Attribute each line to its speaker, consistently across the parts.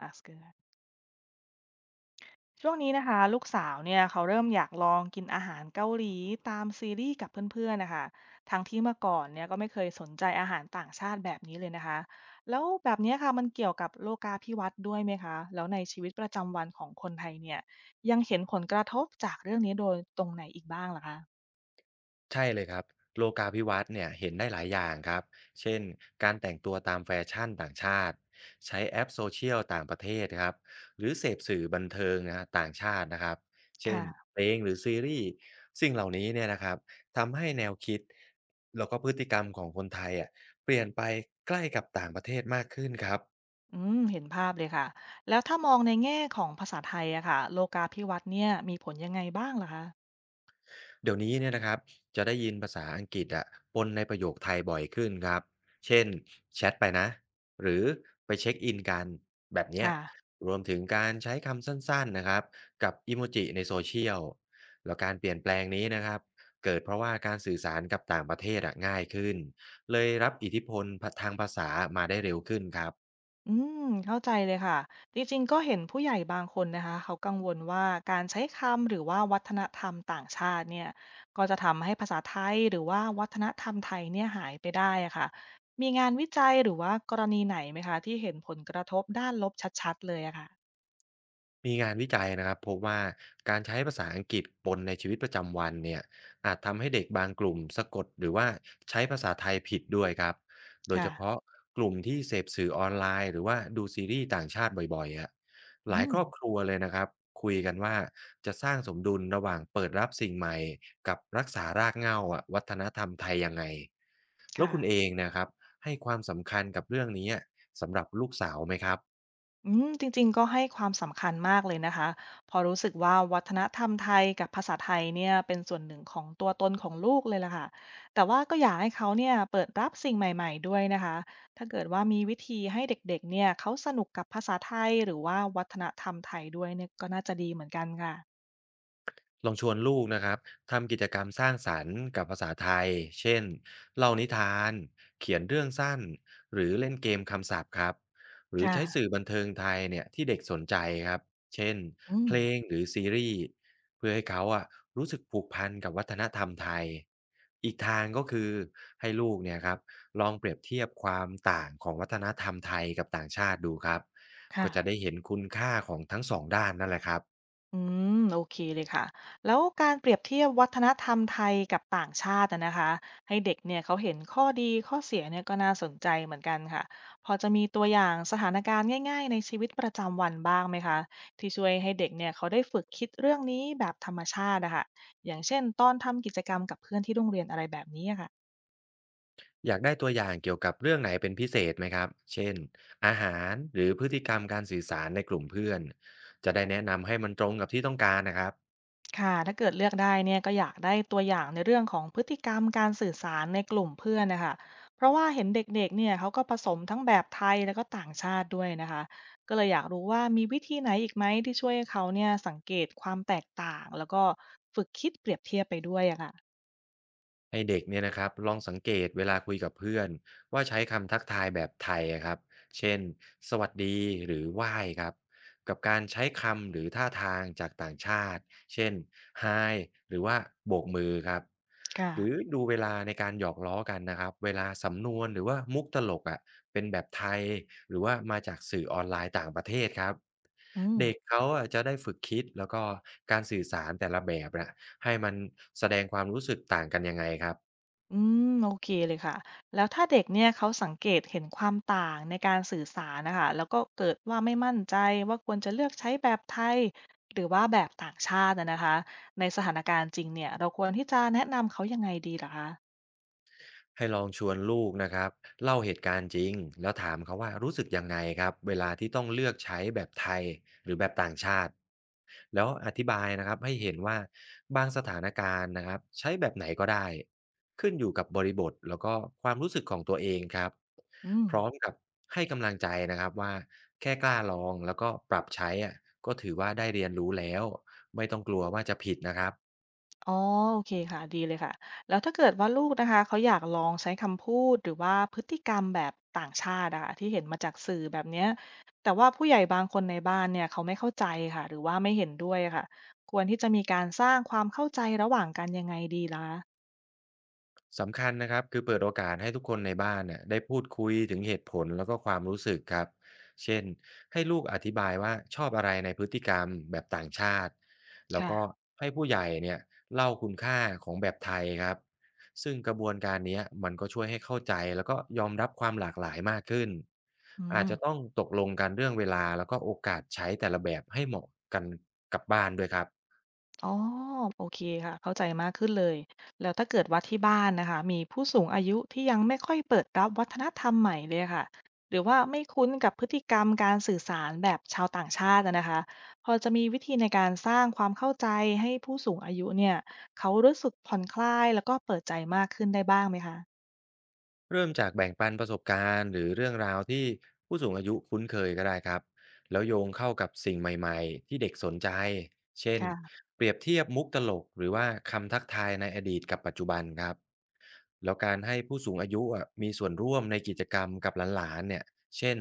Speaker 1: อะเกลือช่วงนี้นะคะลูกสาวเนี่ยเขาเริ่มอยากลองกินอาหารเกาหลีตามซีรีส์กับเพื่อนๆนะคะทั้งที่เมื่อก่อนเนี่ยก็ไม่เคยสนใจอาหารต่างชาติแบบนี้เลยนะคะแล้วแบบเนี้ยค่ะมันเกี่ยวกับโลกาภิวัตน์ด้วยไหมคะแล้วในชีวิตประจำวันของคนไทยเนี่ยยังเห็นผลกระทบจากเรื่องนี้โดยตรงไหนอีกบ้างล่ะคะ
Speaker 2: ใช่เลยครับโลกาภิวัตน์เนี่ยเห็นได้หลายอย่างครับ เช่นการแต่งตัวตามแฟชั่นต่างชาติ ใช้แอปโซเชียลต่างประเทศครับหรือเสพสื่อบันเทิงนะฮะต่างชาตินะครับเช่น
Speaker 1: ค่ะ
Speaker 2: เพลงหรือซีรีส์สิ่งเหล่านี้เนี่ยนะครับทำให้แนวคิดแล้วก็พฤติกรรมของคนไทยอ่ะเปลี่ยนไปใกล้กับต่างประเทศมากขึ้นครับ
Speaker 1: อืมเห็นภาพเลยค่ะแล้วถ้ามองในแง่ของภาษาไทยอะค่ะโลกาภิวัตน์เนี่ยมีผลยังไงบ้างล่ะคะ
Speaker 2: เดี๋ยวนี้เนี่ยนะครับจะได้ยินภาษาอังกฤษอะปนในประโยคไทยบ่อยขึ้นครับเช่นแชทไปนะหรือไปเช็คอินกันแบบเนี้ย
Speaker 1: ค่ะ
Speaker 2: รวมถึงการใช้คำสั้นๆนะครับกับอิโมจิในโซเชียลแล้วการเปลี่ยนแปลงนี้นะครับเกิดเพราะว่าการสื่อสารกับต่างประเทศอะง่ายขึ้นเลยรับอิทธิพลทางภาษามาได้เร็วขึ้นครับ
Speaker 1: อืมเข้าใจเลยค่ะจริงๆก็เห็นผู้ใหญ่บางคนนะคะเขากังวลว่าการใช้คำหรือว่าวัฒนธรรมต่างชาติเนี่ยก็จะทำให้ภาษาไทยหรือว่าวัฒนธรรมไทยเนี่ยหายไปได้อะค่ะมีงานวิจัยหรือว่ากรณีไหนไหมคะที่เห็นผลกระทบด้านลบชัดๆเลยอะค่ะ
Speaker 2: มีงานวิจัยนะครับพบว่าการใช้ภาษาอังกฤษปนในชีวิตประจำวันเนี่ยอาจทำให้เด็กบางกลุ่มสะกดหรือว่าใช้ภาษาไทยผิดด้วยครับโดย
Speaker 1: ค่ะ
Speaker 2: เฉพาะกลุ่มที่เสพสื่อออนไลน์หรือว่าดูซีรีส์ต่างชาติบ่อยๆอะห
Speaker 1: อื
Speaker 2: ลาย
Speaker 1: ม
Speaker 2: ครอบครัวเลยนะครับคุยกันว่าจะสร้างสมดุลระหว่างเปิดรับสิ่งใหม่กับรักษารากเหง้าอะวัฒนธรรมไทยยังไงแล้ว
Speaker 1: ค่ะ
Speaker 2: คุณเองนะครับให้ความสำคัญกับเรื่องนี้สำหรับลูกสาวไหมครับ
Speaker 1: อืมจริงๆก็ให้ความสำคัญมากเลยนะคะพอรู้สึกว่าวัฒนธรรมไทยกับภาษาไทยเนี่ยเป็นส่วนหนึ่งของตัวตนของลูกเลยล่ะค่ะแต่ว่าก็อยากให้เขาเนี่ยเปิดรับสิ่งใหม่ๆด้วยนะคะถ้าเกิดว่ามีวิธีให้เด็กๆเนี่ยเขาสนุกกับภาษาไทยหรือว่าวัฒนธรรมไทยด้วยเนี่ยก็น่าจะดีเหมือนกันค่ะ
Speaker 2: ลองชวนลูกนะครับทำกิจกรรมสร้างสรรค์กับภาษาไทยเช่นเล่านิทานเขียนเรื่องสั้นหรือเล่นเกมคำศัพท์ครับหรือใช้สื่อ
Speaker 1: ค่ะ
Speaker 2: บันเทิงไทยเนี่ยที่เด็กสนใจครับเช่น
Speaker 1: อื
Speaker 2: เพ
Speaker 1: ม
Speaker 2: ลงหรือซีรีส์เพื่อให้เขาอะรู้สึกผูกพันกับวัฒนธรรมไทยอีกทางก็คือให้ลูกเนี่ยครับลองเปรียบเทียบความต่างของวัฒนธรรมไทยกับต่างชาติดูครับ
Speaker 1: ค่ะ
Speaker 2: ก็จะได้เห็นคุณค่าของทั้งสองด้านนั่นแหละครับ
Speaker 1: อืมโอเคเลยค่ะแล้วการเปรียบเทียบวัฒนธรรมไทยกับต่างชาติอะนะคะให้เด็กเนี่ยเขาเห็นข้อดีข้อเสียเนี่ยก็น่าสนใจเหมือนกันค่ะพอจะมีตัวอย่างสถานการณ์ง่ายๆในชีวิตประจำวันบ้างไหมคะที่ช่วยให้เด็กเนี่ยเขาได้ฝึกคิดเรื่องนี้แบบธรรมชาติอะค่ะอย่างเช่นตอนทำกิจกรรมกับเพื่อนที่โรงเรียนอะไรแบบนี้อะค่ะ
Speaker 2: อยากได้ตัวอย่างเกี่ยวกับเรื่องไหนเป็นพิเศษไหมครับ เช่นอาหารหรือพฤติกรรมการสื่อสารในกลุ่มเพื่อนจะได้แนะนำให้มันตรงกับที่ต้องการนะครับ
Speaker 1: ค่ะถ้าเกิดเลือกได้เนี่ยก็อยากได้ตัวอย่างในเรื่องของพฤติกรรมการสื่อสารในกลุ่มเพื่อนนะคะเพราะว่าเห็นเด็กๆเนี่ยเขาก็ผสมทั้งแบบไทยแล้วก็ต่างชาติด้วยนะคะก็เลยอยากรู้ว่ามีวิธีไหนอีกไหมที่ช่วยให้เขาเนี่ยสังเกตความแตกต่างแล้วก็ฝึกคิดเปรียบเทียบไปด้วยอะค่ะ
Speaker 2: ให้เด็กเนี่ยนะครับลองสังเกตเวลาคุยกับเพื่อนว่าใช้คำทักทายแบบไทยอะครับเช่นสวัสดีหรือไหว้ครับกับการใช้คำหรือท่าทางจากต่างชาติเช่น Hi หรือว่าโบกมือครับหรือ
Speaker 1: ค่ะ
Speaker 2: ดูเวลาในการหยอกล้อกันนะครับเวลาสำนวนหรือว่ามุกตลกอ่ะเป็นแบบไทยหรือว่ามาจากสื่อออนไลน์ต่างประเทศครับ
Speaker 1: อืม
Speaker 2: เด็กเขาอะจะได้ฝึกคิดแล้วก็การสื่อสารแต่ละแบบนะ ให้มันแสดงความรู้สึกต่างกันยังไงครับ
Speaker 1: อืมโอเคเลยค่ะแล้วถ้าเด็กเนี่ยเขาสังเกตเห็นความต่างในการสื่อสารนะคะแล้วก็เกิดว่าไม่มั่นใจว่าควรจะเลือกใช้แบบไทยหรือว่าแบบต่างชาตินะนะคะในสถานการณ์จริงเนี่ยเราควรที่จะแนะนำเขายังไงดีเหรอคะ
Speaker 2: ให้ลองชวนลูกนะครับเล่าเหตุการณ์จริงแล้วถามเขาว่ารู้สึกยังไงครับเวลาที่ต้องเลือกใช้แบบไทยหรือแบบต่างชาติแล้วอธิบายนะครับให้เห็นว่าบางสถานการณ์นะครับใช้แบบไหนก็ได้ขึ้นอยู่กับบริบทแล้วก็ความรู้สึกของตัวเองครับ
Speaker 1: อืม
Speaker 2: พร้อมกับให้กำลังใจนะครับว่าแค่กล้าลองแล้วก็ปรับใช้อะก็ถือว่าได้เรียนรู้แล้วไม่ต้องกลัวว่าจะผิดนะครับ
Speaker 1: อ๋อโอเคค่ะดีเลยค่ะแล้วถ้าเกิดว่าลูกนะคะเขาอยากลองใช้คำพูดหรือว่าพฤติกรรมแบบต่างชาติอะค่ะที่เห็นมาจากสื่อแบบเนี้ยแต่ว่าผู้ใหญ่บางคนในบ้านเนี่ยเขาไม่เข้าใจค่ะหรือว่าไม่เห็นด้วยค่ะควรที่จะมีการสร้างความเข้าใจระหว่างกันยังไงดีล่ะคะ
Speaker 2: สำคัญนะครับคือเปิดโอกาสให้ทุกคนในบ้านเนี่ยได้พูดคุยถึงเหตุผลแล้วก็ความรู้สึกครับเช่นให้ลูกอธิบายว่าชอบอะไรในพฤติกรรมแบบต่างชาติแล้ว
Speaker 1: ค่ะ
Speaker 2: ก็ให้ผู้ใหญ่เนี่ยเล่าคุณค่าของแบบไทยครับซึ่งกระบวนการเนี้ยมันก็ช่วยให้เข้าใจแล้วก็ยอมรับความหลากหลายมากขึ้น
Speaker 1: อื
Speaker 2: อาจ
Speaker 1: ม
Speaker 2: จะต้องตกลงกันเรื่องเวลาแล้วก็โอกาสใช้แต่ละแบบให้เหมาะกันกับบ้านด้วยครับ
Speaker 1: อ๋อโอเคค่ะเข้าใจมากขึ้นเลยแล้วถ้าเกิดว่าที่บ้านนะคะมีผู้สูงอายุที่ยังไม่ค่อยเปิดรับวัฒนธรรมใหม่เลยค่ะหรือว่าไม่คุ้นกับพฤติกรรมการสื่อสารแบบชาวต่างชาติอะนะคะพอจะมีวิธีในการสร้างความเข้าใจให้ผู้สูงอายุเนี่ยเขารู้สึกผ่อนคลายแล้วก็เปิดใจมากขึ้นได้บ้างไหมคะ
Speaker 2: เริ่มจากแบ่งปันประสบการณ์หรือเรื่องราวที่ผู้สูงอายุคุ้นเคยก็ได้ครับแล้วโยงเข้ากับสิ่งใหม่ๆที่เด็กสนใจเช่น
Speaker 1: ค่ะ
Speaker 2: เปรียบเทียบมุกตลกหรือว่าคำทักทายในอดีตกับปัจจุบันครับแล้วการให้ผู้สูงอายุอะมีส่วนร่วมในกิจกรรมกับหลานๆเนี่ยเช่น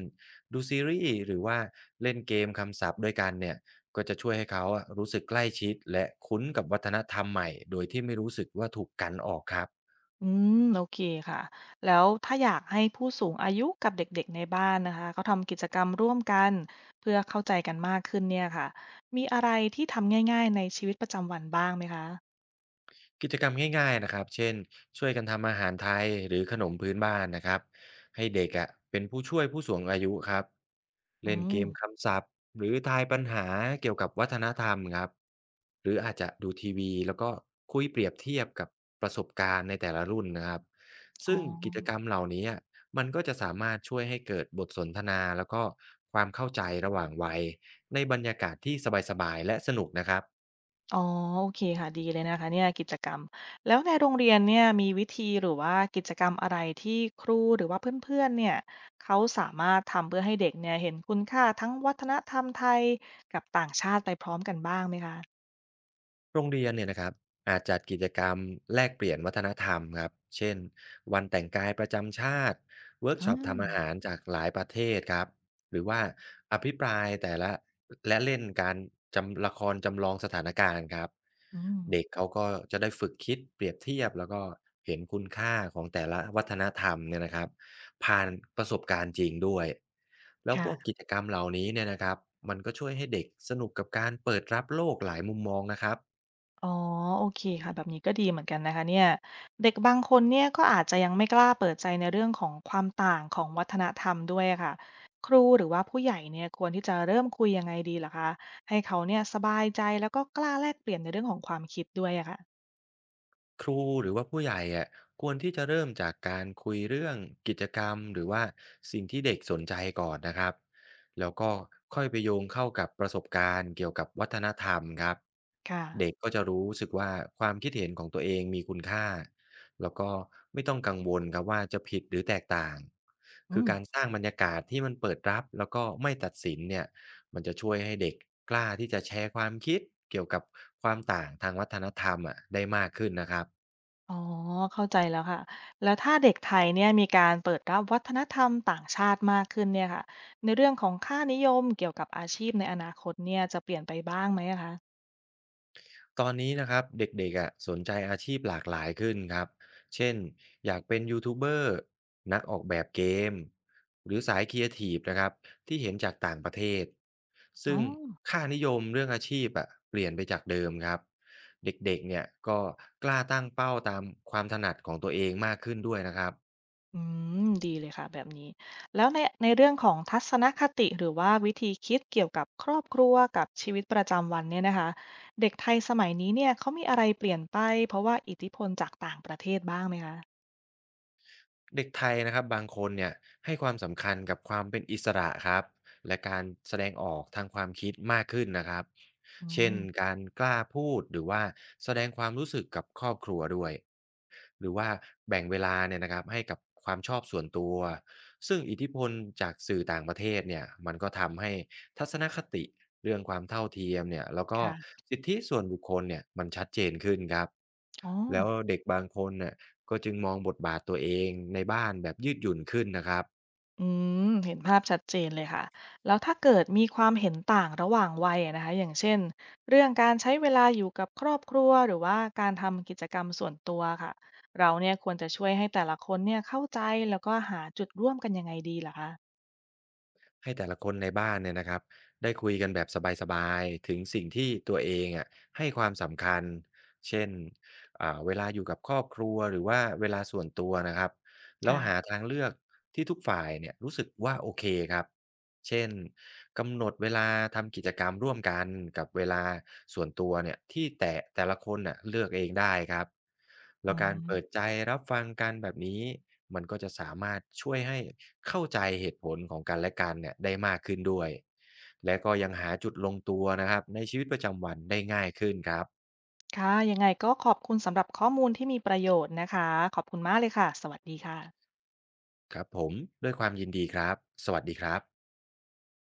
Speaker 2: ดูซีรีส์หรือว่าเล่นเกมคำศัพท์ด้วยกันเนี่ยก็จะช่วยให้เขาอะรู้สึกใกล้ชิดและคุ้นกับวัฒนธรรมใหม่โดยที่ไม่รู้สึกว่าถูกกันออกครับ
Speaker 1: อืมโอเคค่ะแล้วถ้าอยากให้ผู้สูงอายุกับเด็กๆในบ้านนะคะเขาทำกิจกรรมร่วมกันเพื่อเข้าใจกันมากขึ้นเนี่ยค่ะมีอะไรที่ทำง่ายๆในชีวิตประจำวันบ้างไหมคะ
Speaker 2: กิจกรรมง่ายๆนะครับเช่นช่วยกันทำอาหารไทยหรือขนมพื้นบ้านนะครับให้เด็กอะเป็นผู้ช่วยผู้สูงอายุครับ
Speaker 1: อื
Speaker 2: เล่นเก
Speaker 1: ม
Speaker 2: มคำศัพท์หรือทายปัญหาเกี่ยวกับวัฒนธรรมครับหรืออาจจะดูทีวีแล้วก็คุยเปรียบเทียบกับประสบการณ์ในแต่ละรุ่นนะครับ
Speaker 1: อ๋อ
Speaker 2: ซึ่งกิจกรรมเหล่านี้อะมันก็จะสามารถช่วยให้เกิดบทสนทนาแล้วก็ความเข้าใจระหว่างวัยในบรรยากาศที่สบายๆและสนุกนะครับ
Speaker 1: อ๋อโอเคค่ะดีเลยนะคะเนี่ยกิจกรรมแล้วในโรงเรียนเนี่ยมีวิธีหรือว่ากิจกรรมอะไรที่ครูหรือว่าเพื่อนๆเนี่ยเขาสามารถทำเพื่อให้เด็กเนี่ยเห็นคุณค่าทั้งวัฒนธรรมไทยกับต่างชาติไปพร้อมกันบ้างไหมคะ
Speaker 2: โรงเรียนเนี่ยนะครับอาจจัดกิจกรรมแลกเปลี่ยนวัฒนธรรมครับเช่นวันแต่งกายประจำชาติเวิร์กช็
Speaker 1: อา
Speaker 2: อปทำอาหารจากหลายประเทศครับหรือว่าอภิปรายแต่ละและเล่นการจำละครจำลองสถานการณ์ครับ
Speaker 1: อืม
Speaker 2: เด็กเขาก็จะได้ฝึกคิดเปรียบเทียบแล้วก็เห็นคุณค่าของแต่ละวัฒนธรรมเนี่ยนะครับผ่านประสบการณ์จริงด้วยแล้วพวก
Speaker 1: ค่ะ
Speaker 2: กิจกรรมเหล่านี้เนี่ยนะครับมันก็ช่วยให้เด็กสนุกกับการเปิดรับโลกหลายมุมมองนะครับ
Speaker 1: อ๋อโอเคค่ะแบบนี้ก็ดีเหมือนกันนะคะเนี่ยเด็กบางคนเนี่ยก็อาจจะยังไม่กล้าเปิดใจในเรื่องของความต่างของวัฒนธรรมด้วยอะค่ะครูหรือว่าผู้ใหญ่เนี่ยควรที่จะเริ่มคุยยังไงดีเหรอคะให้เขาเนี่ยสบายใจแล้วก็กล้าแลกเปลี่ยนในเรื่องของความคิดด้วยอะค่ะ
Speaker 2: ครูหรือว่าผู้ใหญ่อะควรที่จะเริ่มจากการคุยเรื่องกิจกรรมหรือว่าสิ่งที่เด็กสนใจก่อนนะครับแล้วก็ค่อยไปโยงเข้ากับประสบการณ์เกี่ยวกับวัฒนธรรมครับ
Speaker 1: ค่ะ
Speaker 2: เด็กก็จะรู้สึกว่าความคิดเห็นของตัวเองมีคุณค่าแล้วก็ไม่ต้องกังวลครับว่าจะผิดหรือแตกต่าง
Speaker 1: อื
Speaker 2: คือ
Speaker 1: ม
Speaker 2: การสร้างบรรยากาศที่มันเปิดรับแล้วก็ไม่ตัดสินเนี่ยมันจะช่วยให้เด็กกล้าที่จะแชร์ความคิดเกี่ยวกับความต่างทางวัฒนธรรมอะได้มากขึ้นนะครับ
Speaker 1: อ๋อเข้าใจแล้วค่ะแล้วถ้าเด็กไทยเนี่ยมีการเปิดรับวัฒนธรรมต่างชาติมากขึ้นเนี่ยค่ะในเรื่องของค่านิยมเกี่ยวกับอาชีพในอนาคตเนี่ยจะเปลี่ยนไปบ้างไหมอะคะ
Speaker 2: ตอนนี้นะครับเด็กๆอะสนใจอาชีพหลากหลายขึ้นครับเช่นอยากเป็นยูทูบเบอร์นักออกแบบเกมหรือสายครีเอทีฟนะครับที่เห็นจากต่างประเทศ
Speaker 1: อ๋
Speaker 2: ซึ่
Speaker 1: อ
Speaker 2: งค่านิยมเรื่องอาชีพอะเปลี่ยนไปจากเดิมครับเด็กๆเนี่ยก็กล้าตั้งเป้าตามความถนัดของตัวเองมากขึ้นด้วยนะครับ
Speaker 1: อืมดีเลยค่ะแบบนี้แล้วในเรื่องของทัศนคติหรือว่าวิธีคิดเกี่ยวกับครอบครัวกับชีวิตประจำวันเนี่ยนะคะเด็กไทยสมัยนี้เนี่ยเขามีอะไรเปลี่ยนไปเพราะว่าอิทธิพลจากต่างประเทศบ้างไหมคะ
Speaker 2: เด็กไทยนะครับบางคนเนี่ยให้ความสำคัญกับความเป็นอิสระครับและการแสดงออกทางความคิดมากขึ้นนะครับ
Speaker 1: อื
Speaker 2: เช่น
Speaker 1: ม
Speaker 2: การกล้าพูดหรือว่าแสดงความรู้สึกกับครอบครัวด้วยหรือว่าแบ่งเวลาเนี่ยนะครับให้กับความชอบส่วนตัวซึ่งอิทธิพลจากสื่อต่างประเทศเนี่ยมันก็ทำให้ทัศนคติเรื่องความเท่าเทียมเนี่ยแล้วก็
Speaker 1: ค่ะ
Speaker 2: สิทธิส่วนบุคคลเนี่ยมันชัดเจนขึ้นครับ
Speaker 1: อ๋อ
Speaker 2: แล้วเด็กบางคนน่ะก็จึงมองบทบาทตัวเองในบ้านแบบยืดหยุ่นขึ้นนะครับ
Speaker 1: อืมเห็นภาพชัดเจนเลยค่ะแล้วถ้าเกิดมีความเห็นต่างระหว่างวัยอะนะคะอย่างเช่นเรื่องการใช้เวลาอยู่กับครอบครัวหรือว่าการทำกิจกรรมส่วนตัวค่ะเราเนี่ยควรจะช่วยให้แต่ละคนเนี่ยเข้าใจแล้วก็หาจุดร่วมกันยังไงดีล่ะคะ
Speaker 2: ให้แต่ละคนในบ้านเนี่ยนะครับได้คุยกันแบบสบายๆถึงสิ่งที่ตัวเองอะให้ความสำคัญเช่นเวลาอยู่กับครอบครัวหรือว่าเวลาส่วนตัวนะครับแล้วหา
Speaker 1: ค่ะ
Speaker 2: ทางเลือกที่ทุกฝ่ายเนี่ยรู้สึกว่าโอเคครับ เช่นกำหนดเวลาทำกิจกรรมร่วมกันกับเวลาส่วนตัวเนี่ยที่แต่ละคนน่ะเลือกเองได้ครับแล้
Speaker 1: อื
Speaker 2: วการ
Speaker 1: ม
Speaker 2: เปิดใจรับฟังกันแบบนี้มันก็จะสามารถช่วยให้เข้าใจเหตุผลของกันและกันเนี่ยได้มากขึ้นด้วยและก็ยังหาจุดลงตัวนะครับในชีวิตประจำวันได้ง่ายขึ้นครับ
Speaker 1: ค่ะยังไงก็ขอบคุณสำหรับข้อมูลที่มีประโยชน์นะคะขอบคุณมากเลยค่ะสวัสดีค่ะ
Speaker 2: ครับผมด้วยความยินดีครับสวัสดีครับ